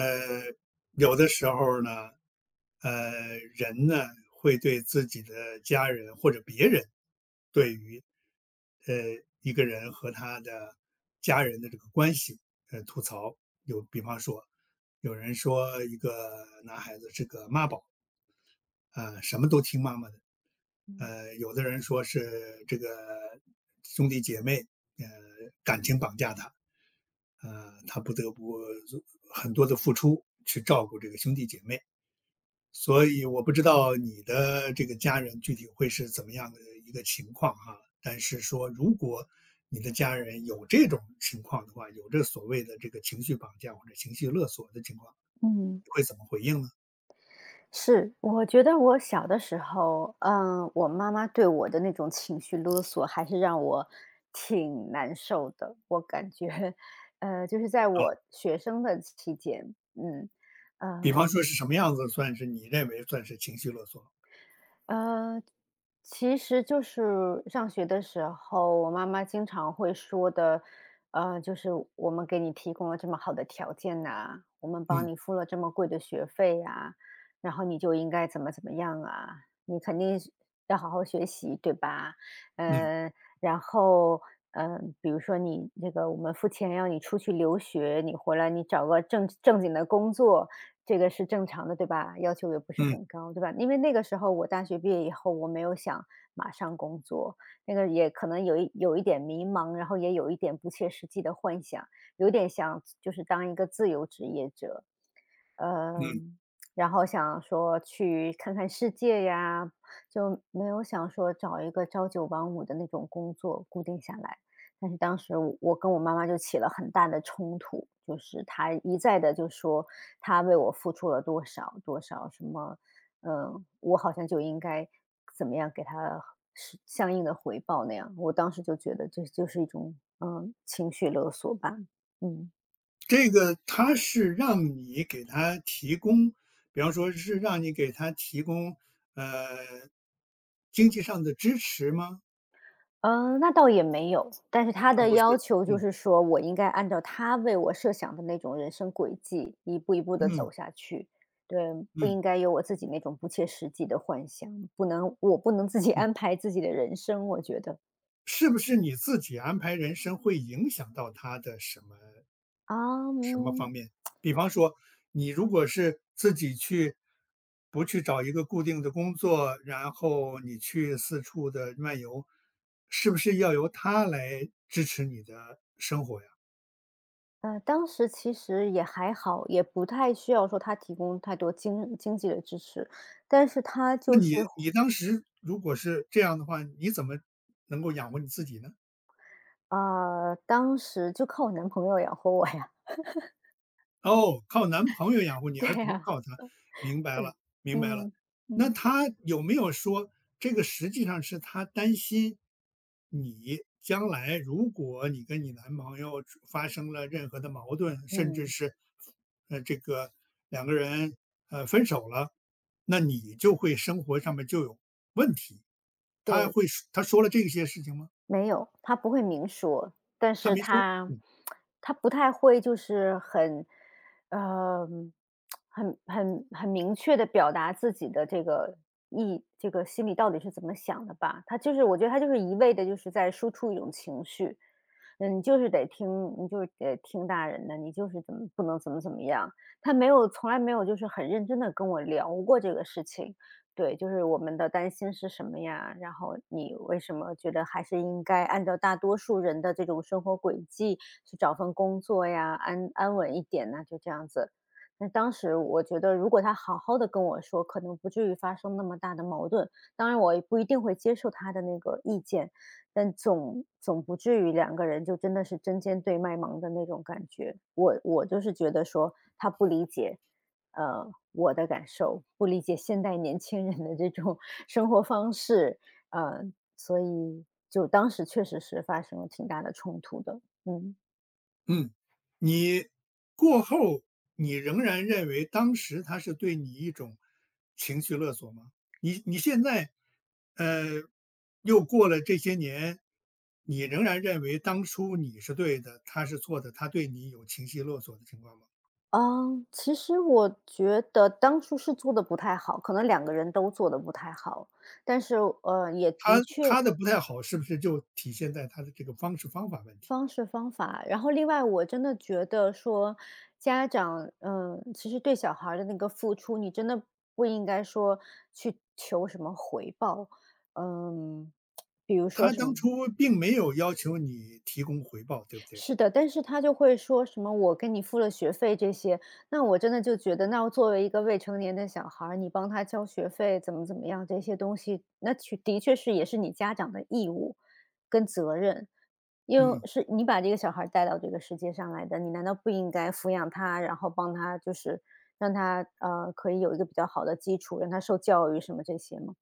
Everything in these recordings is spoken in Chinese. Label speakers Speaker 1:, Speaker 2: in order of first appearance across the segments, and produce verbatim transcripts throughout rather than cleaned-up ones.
Speaker 1: 呃，有的时候呢，呃，人呢会对自己的家人或者别人，对于呃一个人和他的家人的这个关系，呃，吐槽。有比方说，有人说一个男孩子是个妈宝，啊、什么都听妈妈的。
Speaker 2: 嗯
Speaker 1: 呃，有的人说是这个兄弟姐妹，呃，感情绑架他，呃，他不得不做很多的付出去照顾这个兄弟姐妹。所以我不知道你的这个家人具体会是怎么样的一个情况哈、但是说，如果你的家人有这种情况的话，有这所谓的这个情绪绑架或者情绪勒索的情况，
Speaker 2: 嗯，
Speaker 1: 会怎么回应呢？
Speaker 2: 是，我觉得我小的时候，嗯，我妈妈对我的那种情绪勒索，还是让我挺难受的。我感觉，呃，就是在
Speaker 1: 哦，
Speaker 2: 我学生的期间，嗯，
Speaker 1: 比方
Speaker 2: 呃，
Speaker 1: 说是什么样子算是你认为算是情绪勒索？
Speaker 2: 呃，其实就是上学的时候，我妈妈经常会说的，呃，就是我们给你提供了这么好的条件呐、我们帮
Speaker 1: 嗯
Speaker 2: 你付了这么贵的学费呀、然后你就应该怎么怎么样啊，你肯定是要好好学习，对吧？
Speaker 1: 嗯
Speaker 2: 呃，然后。嗯，呃比如说你那个，我们付钱让你出去留学，你回来你找个正正经的工作，这个是正常的，对吧？要求也不是
Speaker 1: 嗯
Speaker 2: 很高，对吧？因为那个时候我大学毕业以后，我没有想马上工作，那个也可能有一有一点迷茫，然后也有一点不切实际的幻想，有点想就是当一个自由职业者。
Speaker 1: 嗯。
Speaker 2: 嗯，然后想说去看看世界呀，就没有想说找一个朝九晚五的那种工作固定下来。但是当时我我跟我妈妈就起了很大的冲突，就是她一再的就说她为我付出了多少多少什么，嗯，我好像就应该怎么样给她是相应的回报那样。我当时就觉得这就是一种嗯情绪勒索吧，嗯。
Speaker 1: 这个他是让你给他提供，比方说是让你给他提供呃经济上的支持吗？
Speaker 2: 呃，那倒也没有，但是他
Speaker 1: 啊，
Speaker 2: 的
Speaker 1: 不
Speaker 2: 要
Speaker 1: 是，
Speaker 2: 求就
Speaker 1: 嗯。
Speaker 2: 是说我应该按照他为我设想的那种人生轨迹，一步一步的
Speaker 1: 嗯
Speaker 2: 走下去。对，不
Speaker 1: 嗯
Speaker 2: 应该有我自己那种不切实际的幻想，不能我不能自己
Speaker 1: 嗯。
Speaker 2: 安排自己的人生，我觉得。
Speaker 1: 是不是你自己安排人生会影响到他的什么
Speaker 2: 啊，
Speaker 1: 什么方
Speaker 2: 嗯，
Speaker 1: 面？比方说，你如果是自己去，不去找一个固定的工作，然后你去四处的漫游，是不是要由他来支持你的生活呀？
Speaker 2: 呃，当时其实也还好，也不太需要说他提供太多经经济的支持，但是他
Speaker 1: 那
Speaker 2: 就
Speaker 1: 你
Speaker 2: 是
Speaker 1: 你当时如果是这样的话，你怎么能够养活你自己呢？
Speaker 2: 啊，当时就靠我男朋友养活我呀。
Speaker 1: 哦，靠男朋友养活 你，
Speaker 2: 对
Speaker 1: 而不
Speaker 2: 呀，
Speaker 1: 靠他，明白
Speaker 2: 对，
Speaker 1: 了，明白了。
Speaker 2: 嗯，
Speaker 1: 那
Speaker 2: 嗯。
Speaker 1: 她有没有说，这个实际上是她担心你将来如果你跟你男朋友出发生了任何的矛盾，甚至
Speaker 2: 嗯，
Speaker 1: 是，呃，这个两个人，呃，分手了，那你就会生活上面就有问题。她
Speaker 2: 对，
Speaker 1: 会说她说了这些事情吗？
Speaker 2: 没有，他不会明说，但
Speaker 1: 她
Speaker 2: 是
Speaker 1: 没说。
Speaker 2: 他他不太会就是很，呃，很很很明确的表达自己的这个意这个心里到底是怎么想的吧。他就是我觉得他就是一味的，就是在输出一种情绪，嗯，你就是得听，你就是得听大人的，你就是怎么不能怎么怎么样。他没有从来没有就是很认真的跟我聊过这个事情。对，就是我们的担心是什么呀？然后你为什么觉得还是应该按照大多数人的这种生活轨迹去找份工作呀，安安稳一点呢？就这样子。那当时我觉得，如果他好好的跟我说，可能不至于发生那么大的矛盾。当然，我也不一定会接受他的那个意见，但总总不至于两个人就真的是针尖对麦芒的那种感觉。我我就是觉得说他不理解，呃，我的感受，不理解现代年轻人的这种 生活方式，呃，所以就当时确实是发生了挺大的冲突的，嗯。
Speaker 1: 嗯，你过后，你仍然认为当时他是对你一种情绪勒索吗？你你现在，呃，又过了这些年，你仍然认为当初你是对的，他是错的，他对你有情绪勒索的情况吗？
Speaker 2: 啊，其实我觉得当初是做的不太好，可能两个人都做的不太好，但是，呃，也
Speaker 1: 他
Speaker 2: 的确
Speaker 1: 他的不太好，是不是就体现在他的这个方式方法问题？
Speaker 2: 方式方法，然后另外我真的觉得说，家长，嗯，其实对小孩儿的那个付出，你真的不应该说去求什么回报，嗯，比如说
Speaker 1: 他
Speaker 2: 什
Speaker 1: 当
Speaker 2: 么
Speaker 1: 初并没有要求你提供回报，对不对？
Speaker 2: 是的，但是他就会说什么"我给你付了学费"这些，那我真的就觉得，那我作为一个未成年的小孩儿你帮他交学费怎么怎么样这些东西，那确的确是也是你家长的义务跟责任，因为
Speaker 1: 嗯。
Speaker 2: 是你把这个小孩儿带到这个世界上来的，你难道不应该抚养他，然后帮他就是让他呃可以有一个比较好的基础，让他受教育什么这些吗？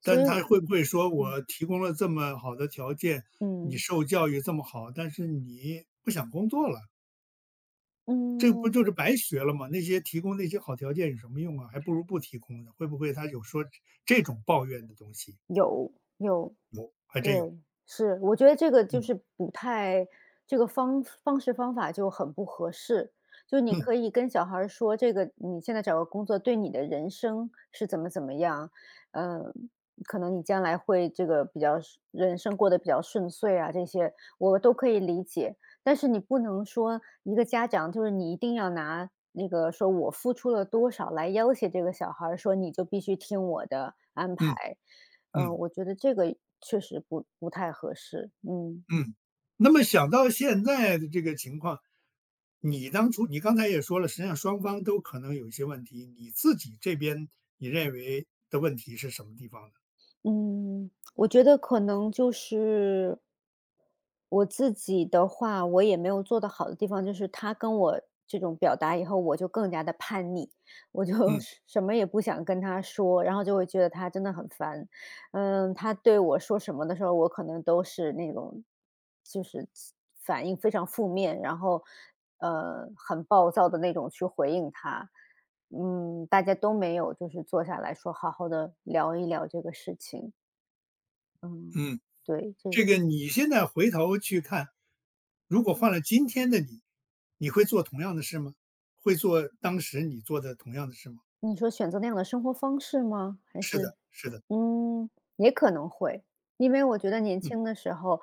Speaker 2: 所
Speaker 1: 但
Speaker 2: 以，
Speaker 1: 他会不会说
Speaker 2: 嗯
Speaker 1: 我提供了这么好的条件，你
Speaker 2: 嗯
Speaker 1: 受教育这么好，但是你不想工作了，这不
Speaker 2: 嗯，
Speaker 1: 就是白学了吗？那些提供那些好条件有什么用啊？还不如不提供呢。会不会他有说这种抱怨的东西？
Speaker 2: 有有。
Speaker 1: 还真有，
Speaker 2: 对，是，我觉得这个就
Speaker 1: 嗯
Speaker 2: 是不太这个方方式方法就很不合适。就你
Speaker 1: 嗯
Speaker 2: 可以跟小孩儿说，这个你现在找个工作对你的人生是怎么怎么样，嗯，可能你将来会这个比较顺人生过得比较顺遂啊，这些我都可以理解。但是你不能说一个家长就是你一定要拿那个说我付出了多少来要挟这个小孩儿，说你就必须听我的安
Speaker 1: 嗯
Speaker 2: 排。嗯，
Speaker 1: 嗯
Speaker 2: 我觉得这个确实不不太合适。嗯
Speaker 1: 嗯。那么想到现在的这个情况，你当初你刚才也说了，实际上双方都可能有一些问题，你自己这边你认为的问题是什么地方呢？
Speaker 2: 嗯，我觉得可能就是我自己的话，我也没有做得好的地方，就是他跟我这种表达以后，我就更加的叛逆，我就
Speaker 1: 嗯
Speaker 2: 是什么也不想跟他说，然后就会觉得他真的很烦。嗯，他对我说什么的时候，我可能都是那种就是反应非常负面，然后呃很暴躁的那种去回应他。嗯，大家都没有就是坐下来说好好的聊一聊这个事情。嗯，
Speaker 1: 嗯。
Speaker 2: 对，这
Speaker 1: 这个你现在回头去看，如果换了今天的你，你会做同样的事吗？会做当时你做的同样的事吗？
Speaker 2: 你说选择那样的生活方式吗？还
Speaker 1: 是
Speaker 2: 是
Speaker 1: 的，是的，
Speaker 2: 嗯，也可能会。因为我觉得年
Speaker 1: 嗯
Speaker 2: 轻的时候，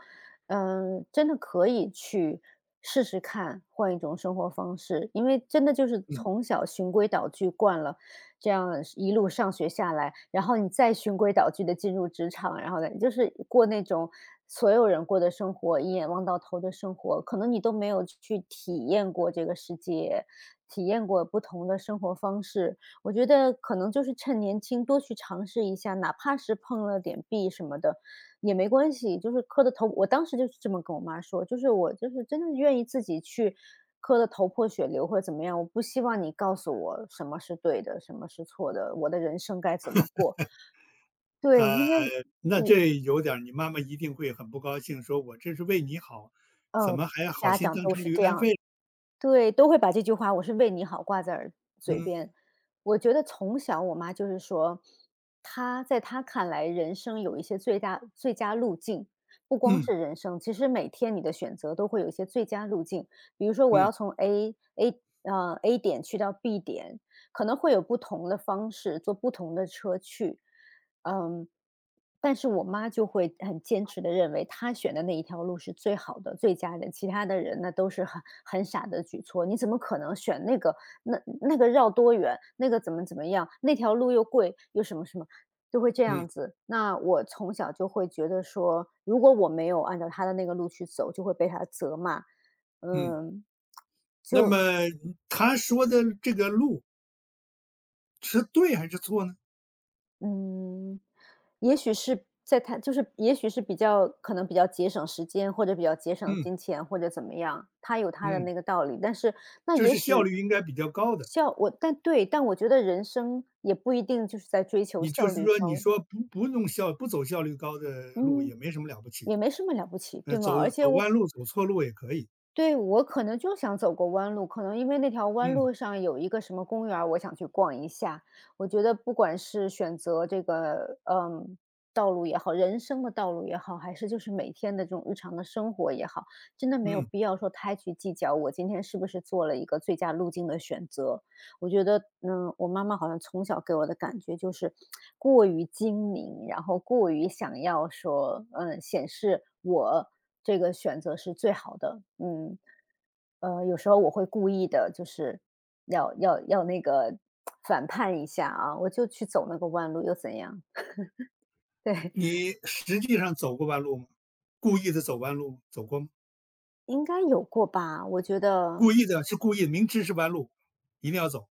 Speaker 2: 嗯、真的可以去试试看换一种生活方式，因为真的就是
Speaker 1: 嗯，
Speaker 2: 从小循规蹈矩惯了，这样一路上学下来，然后你再循规蹈矩的进入职场，然后呢，就是过那种所有人过的生活，一眼望到头的生活，可能你都没有去体验过这个世界，体验过不同的生活方式，我觉得可能就是趁年轻多去尝试一下，哪怕是碰了点壁什么的也没关系，就是磕的头我当时就是这么跟我妈说，就是我就是真的愿意自己去磕的头破血流或者怎么样，我不希望你告诉我什么是对的，什么是错的，我的人生该怎么过。对，
Speaker 1: 呃，
Speaker 2: 因为
Speaker 1: 那
Speaker 2: 我
Speaker 1: 这有点儿你妈妈一定会很不高兴，说我这是为你好，怎
Speaker 2: 呃，
Speaker 1: 么还要好
Speaker 2: 家
Speaker 1: 心
Speaker 2: 长
Speaker 1: 当
Speaker 2: 都
Speaker 1: 成
Speaker 2: 是
Speaker 1: 驴
Speaker 2: 这
Speaker 1: 肝
Speaker 2: 样
Speaker 1: 肺？
Speaker 2: 对，都会把这句话"我是为你好"挂在耳嘴
Speaker 1: 嗯
Speaker 2: 边。我觉得从小我妈就是说，她在她看来，人生有一些最大最佳路径，不光
Speaker 1: 嗯
Speaker 2: 是人生，其实每天你的选择都会有一些最佳路径。比如说，我
Speaker 1: 嗯
Speaker 2: 要从 A A 啊 A 点去到 B 点，可能会有不同的方式，坐不同的车去。嗯，但是我妈就会很坚持的认为她选的那一条路是最好的、最佳的，其他的人那都是很很傻的举措。你怎么可能选那个那那个绕多远，那个怎么怎么样，那条路又贵又什么什么，就会这
Speaker 1: 嗯
Speaker 2: 样子。那我从小就会觉得说，如果我没有按照她的那个路去走，就会被她责骂。
Speaker 1: 嗯。
Speaker 2: 嗯。
Speaker 1: 那么他说的这个路是对还是错呢？
Speaker 2: 嗯，也许是在他就是也许是比较可能比较节省时间，或者比较节省
Speaker 1: 嗯
Speaker 2: 金钱，或者怎么样，他有他的
Speaker 1: 嗯，
Speaker 2: 那个道理。但是那
Speaker 1: 就
Speaker 2: 也
Speaker 1: 是效
Speaker 2: 许
Speaker 1: 率应该比较高的。
Speaker 2: 效我但对，但我觉得人生也不一定就是在追求
Speaker 1: 你就
Speaker 2: 效
Speaker 1: 是
Speaker 2: 率
Speaker 1: 说，你
Speaker 2: 高，
Speaker 1: 说不不弄效不走效率高的路
Speaker 2: 嗯，
Speaker 1: 也没什么了不起，
Speaker 2: 也没什么了不起，
Speaker 1: 呃，
Speaker 2: 对吗？
Speaker 1: 走
Speaker 2: 而且
Speaker 1: 走
Speaker 2: 我
Speaker 1: 弯路、走错路也可以。
Speaker 2: 对，我可能就想走过弯路，可能因为那条弯
Speaker 1: 嗯
Speaker 2: 路上有一个什么公园儿我想去逛一下。我觉得不管是选择这个，嗯，道路也好，人生的道路也好，还是就是每天的这种日常的生活也好，真的没有
Speaker 1: 嗯，
Speaker 2: 必要说太去计较我今天是不是做了一个最佳路径的选择。我觉得，嗯，我妈妈好像从小给我的感觉就是过于精明，然后过于想要说，嗯，显示我这个选择是最好的。嗯，呃，有时候我会故意的，就是要要要那个反叛一下啊，我就去走那个弯路又怎样？对，
Speaker 1: 你实际上走过弯路吗？故意的走弯路吗走过吗？
Speaker 2: 应该有过吧？我觉得，
Speaker 1: 故意的是故意明知是弯路，一定要走。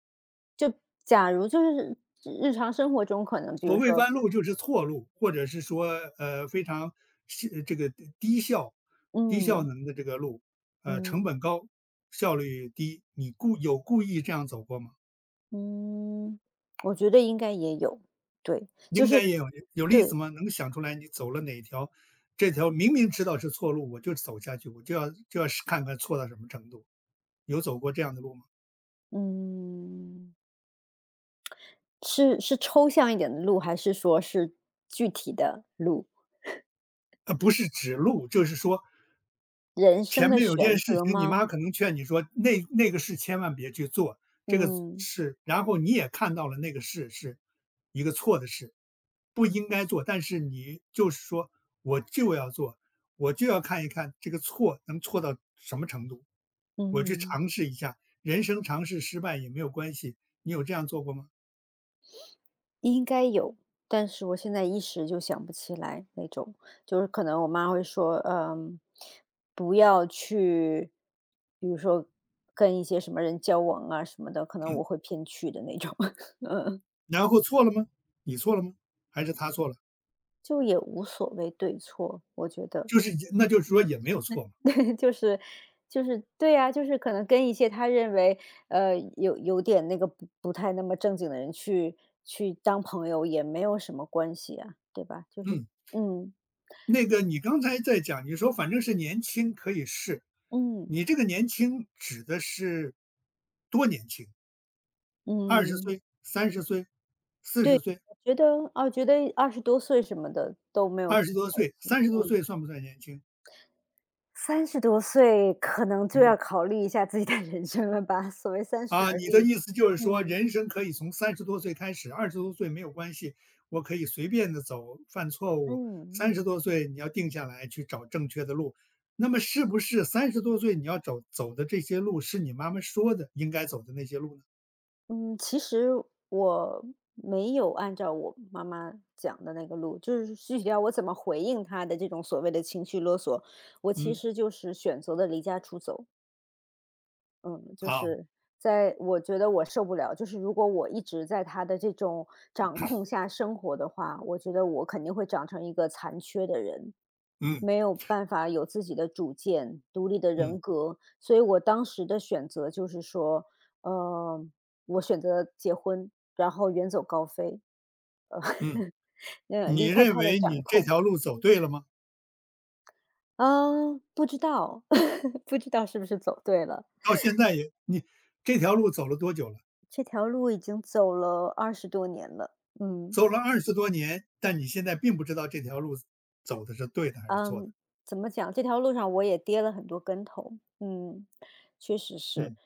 Speaker 2: 就假如就是日常生活中可能，比
Speaker 1: 所
Speaker 2: 如
Speaker 1: 谓
Speaker 2: 说，
Speaker 1: 弯路就是错路，或者是说，呃，非常是这个低效低效
Speaker 2: 嗯
Speaker 1: 能的这个路，呃，成
Speaker 2: 嗯。
Speaker 1: 本高，效率低，你故有故意这样走过吗？
Speaker 2: 嗯，我觉得应该也有，对，就
Speaker 1: 应该
Speaker 2: 是
Speaker 1: 也有。有例子
Speaker 2: 对，
Speaker 1: 吗？能想出来你走了哪条这条明明知道是错路，我就走下去，我就要就要试看看错到什么程度，有走过这样的路吗？
Speaker 2: 嗯，是是抽象一点的路，还是说是具体的路？
Speaker 1: 呃，不是指路，就是说
Speaker 2: 人生
Speaker 1: 前
Speaker 2: 的
Speaker 1: 面有
Speaker 2: 选
Speaker 1: 件事
Speaker 2: 择
Speaker 1: 情，你
Speaker 2: 吗？
Speaker 1: 妈可能劝你说那那个事千万别去做，这个
Speaker 2: 嗯
Speaker 1: 事，然后你也看到了那个事是一个错的事，不应该做，但是你就是说我就要做，我就要看一看这个错能错到什么程度。我去
Speaker 2: 嗯，
Speaker 1: 尝试一下，人生尝试失败也没有关系。你有这样做过吗？
Speaker 2: 应该有，但是我现在一时就想不起来那种，就是可能我妈会说，嗯，不要去，比如说跟一些什么人交往啊什么的，可能我会偏去的那种。
Speaker 1: 然后错了吗？你错了吗？还是他错了？
Speaker 2: 就也无所谓对错，我觉得。
Speaker 1: 就是那就是说也没有错嘛。
Speaker 2: 就是就是对呀，就是可能跟一些他认为，呃，有有点那个不不太那么正经的人去去当朋友也没有什么关系啊，对吧？就是
Speaker 1: 嗯，
Speaker 2: 嗯，
Speaker 1: 那个你刚才在讲，你说反正是年轻可以试，
Speaker 2: 嗯，
Speaker 1: 你这个年轻指的是多年轻？二十
Speaker 2: 嗯，
Speaker 1: 岁、三十岁、四
Speaker 2: 对，
Speaker 1: 十岁、
Speaker 2: 我觉得啊，觉得二十多岁什么的都没有什
Speaker 1: 二十
Speaker 2: 么
Speaker 1: 多
Speaker 2: 关
Speaker 1: 岁、
Speaker 2: 系，
Speaker 1: 三十多
Speaker 2: 嗯。
Speaker 1: 岁算不算年轻？
Speaker 2: 三十多岁可能就
Speaker 1: 你
Speaker 2: 要考虑一下自己的人生了吧，所谓三十
Speaker 1: 啊，
Speaker 2: 而
Speaker 1: 你的
Speaker 2: 立。
Speaker 1: 意思就是
Speaker 2: 嗯，
Speaker 1: 说，
Speaker 2: 嗯。
Speaker 1: 人生可以从三十多岁开始二十多岁没有关系，我可以随便的走，犯错误。
Speaker 2: 嗯
Speaker 1: 三十多岁你要定下来去找正确的路，那么是不是三十多岁你要走走的这些路是你妈妈说的应该走的那些路呢？
Speaker 2: 嗯，其实我没有按照我妈妈讲的那个路，就是具体到我怎么回应她的这种所谓的情绪勒索，我其
Speaker 1: 嗯，
Speaker 2: 实就是选择了离家出走。嗯，就
Speaker 1: 好，
Speaker 2: 是在我觉得我受不了，就是如果我一直在他的这种掌控下生活的话，我觉得我肯定会长成一个残缺的人，
Speaker 1: 嗯，
Speaker 2: 没有办法有自己的主见、独立的
Speaker 1: 嗯，
Speaker 2: 人格。所以我当时的选择就是说，呃，我选择结婚，然后远走高飞，呃，
Speaker 1: 嗯，
Speaker 2: 呃，
Speaker 1: 你
Speaker 2: 离开
Speaker 1: 认
Speaker 2: 他的
Speaker 1: 为
Speaker 2: 掌
Speaker 1: 你这
Speaker 2: 控。
Speaker 1: 条路走对了吗？
Speaker 2: 嗯，不知道，不知道是不是走对了。
Speaker 1: 到现在也你这条路走了多久了？
Speaker 2: 这条路已经走了二十多年了，嗯。
Speaker 1: 走了二十多年，但你现在并不知道这条路走的是对的还是错的，
Speaker 2: 嗯，怎么讲？这条路上我也跌了很多跟头，嗯，确实是，
Speaker 1: 嗯。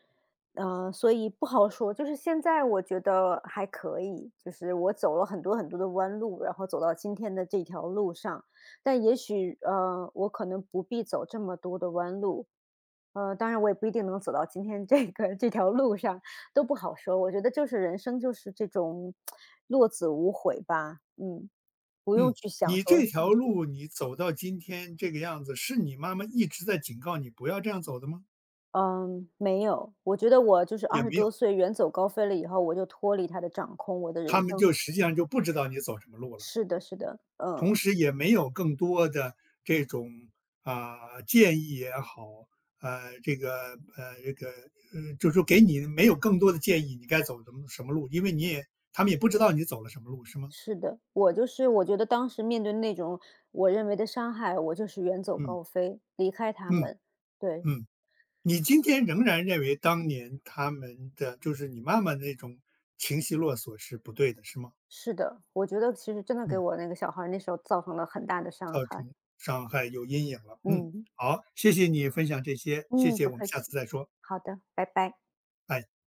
Speaker 2: 呃，所以不好说。就是现在我觉得还可以，就是我走了很多很多的弯路，然后走到今天的这条路上。但也许，呃，我可能不必走这么多的弯路，呃，当然我也不一定能走到今天这个这条路上，都不好说。我觉得就是人生就是这种落子无悔吧，嗯，不用
Speaker 1: 嗯，
Speaker 2: 去想
Speaker 1: 你
Speaker 2: 说
Speaker 1: 这
Speaker 2: 是
Speaker 1: 条
Speaker 2: 不是。
Speaker 1: 路你走到今天这个样子，是你妈妈一直在警告你不要这样走的吗？
Speaker 2: 嗯，没有，我觉得我就是
Speaker 1: 也
Speaker 2: 二十
Speaker 1: 没有，
Speaker 2: 多岁远走高飞了以后，我就脱离他的掌控，我的
Speaker 1: 他
Speaker 2: 人
Speaker 1: 们
Speaker 2: 生
Speaker 1: 就实际上就不知道你走什么路了，
Speaker 2: 是的是的，嗯，
Speaker 1: 同时也没有更多的这种啊、建议也好，呃，这个呃这个呃，就是说给你没有更多的建议，你该走什么什么路，因为你也他们也不知道你走了什么路，是吗？
Speaker 2: 是的。我就是我觉得当时面对那种我认为的伤害，我就是远走
Speaker 1: 嗯
Speaker 2: 高飞，离开他
Speaker 1: 嗯
Speaker 2: 们。对，
Speaker 1: 嗯。你今天仍然认为当年他们的就是你妈妈那种情绪勒索是不对的，是吗？
Speaker 2: 是的，我觉得其实真的给
Speaker 1: 嗯，
Speaker 2: 我那个小孩儿那时候造成了很大的伤
Speaker 1: 造
Speaker 2: 害。
Speaker 1: 成伤害有阴影了。嗯，
Speaker 2: 嗯，
Speaker 1: 好，谢谢你分享这些，谢
Speaker 2: 嗯，
Speaker 1: 谢，
Speaker 2: 不
Speaker 1: 我们
Speaker 2: 客
Speaker 1: 下次
Speaker 2: 气。
Speaker 1: 再说，
Speaker 2: 好的，拜拜。
Speaker 1: 拜。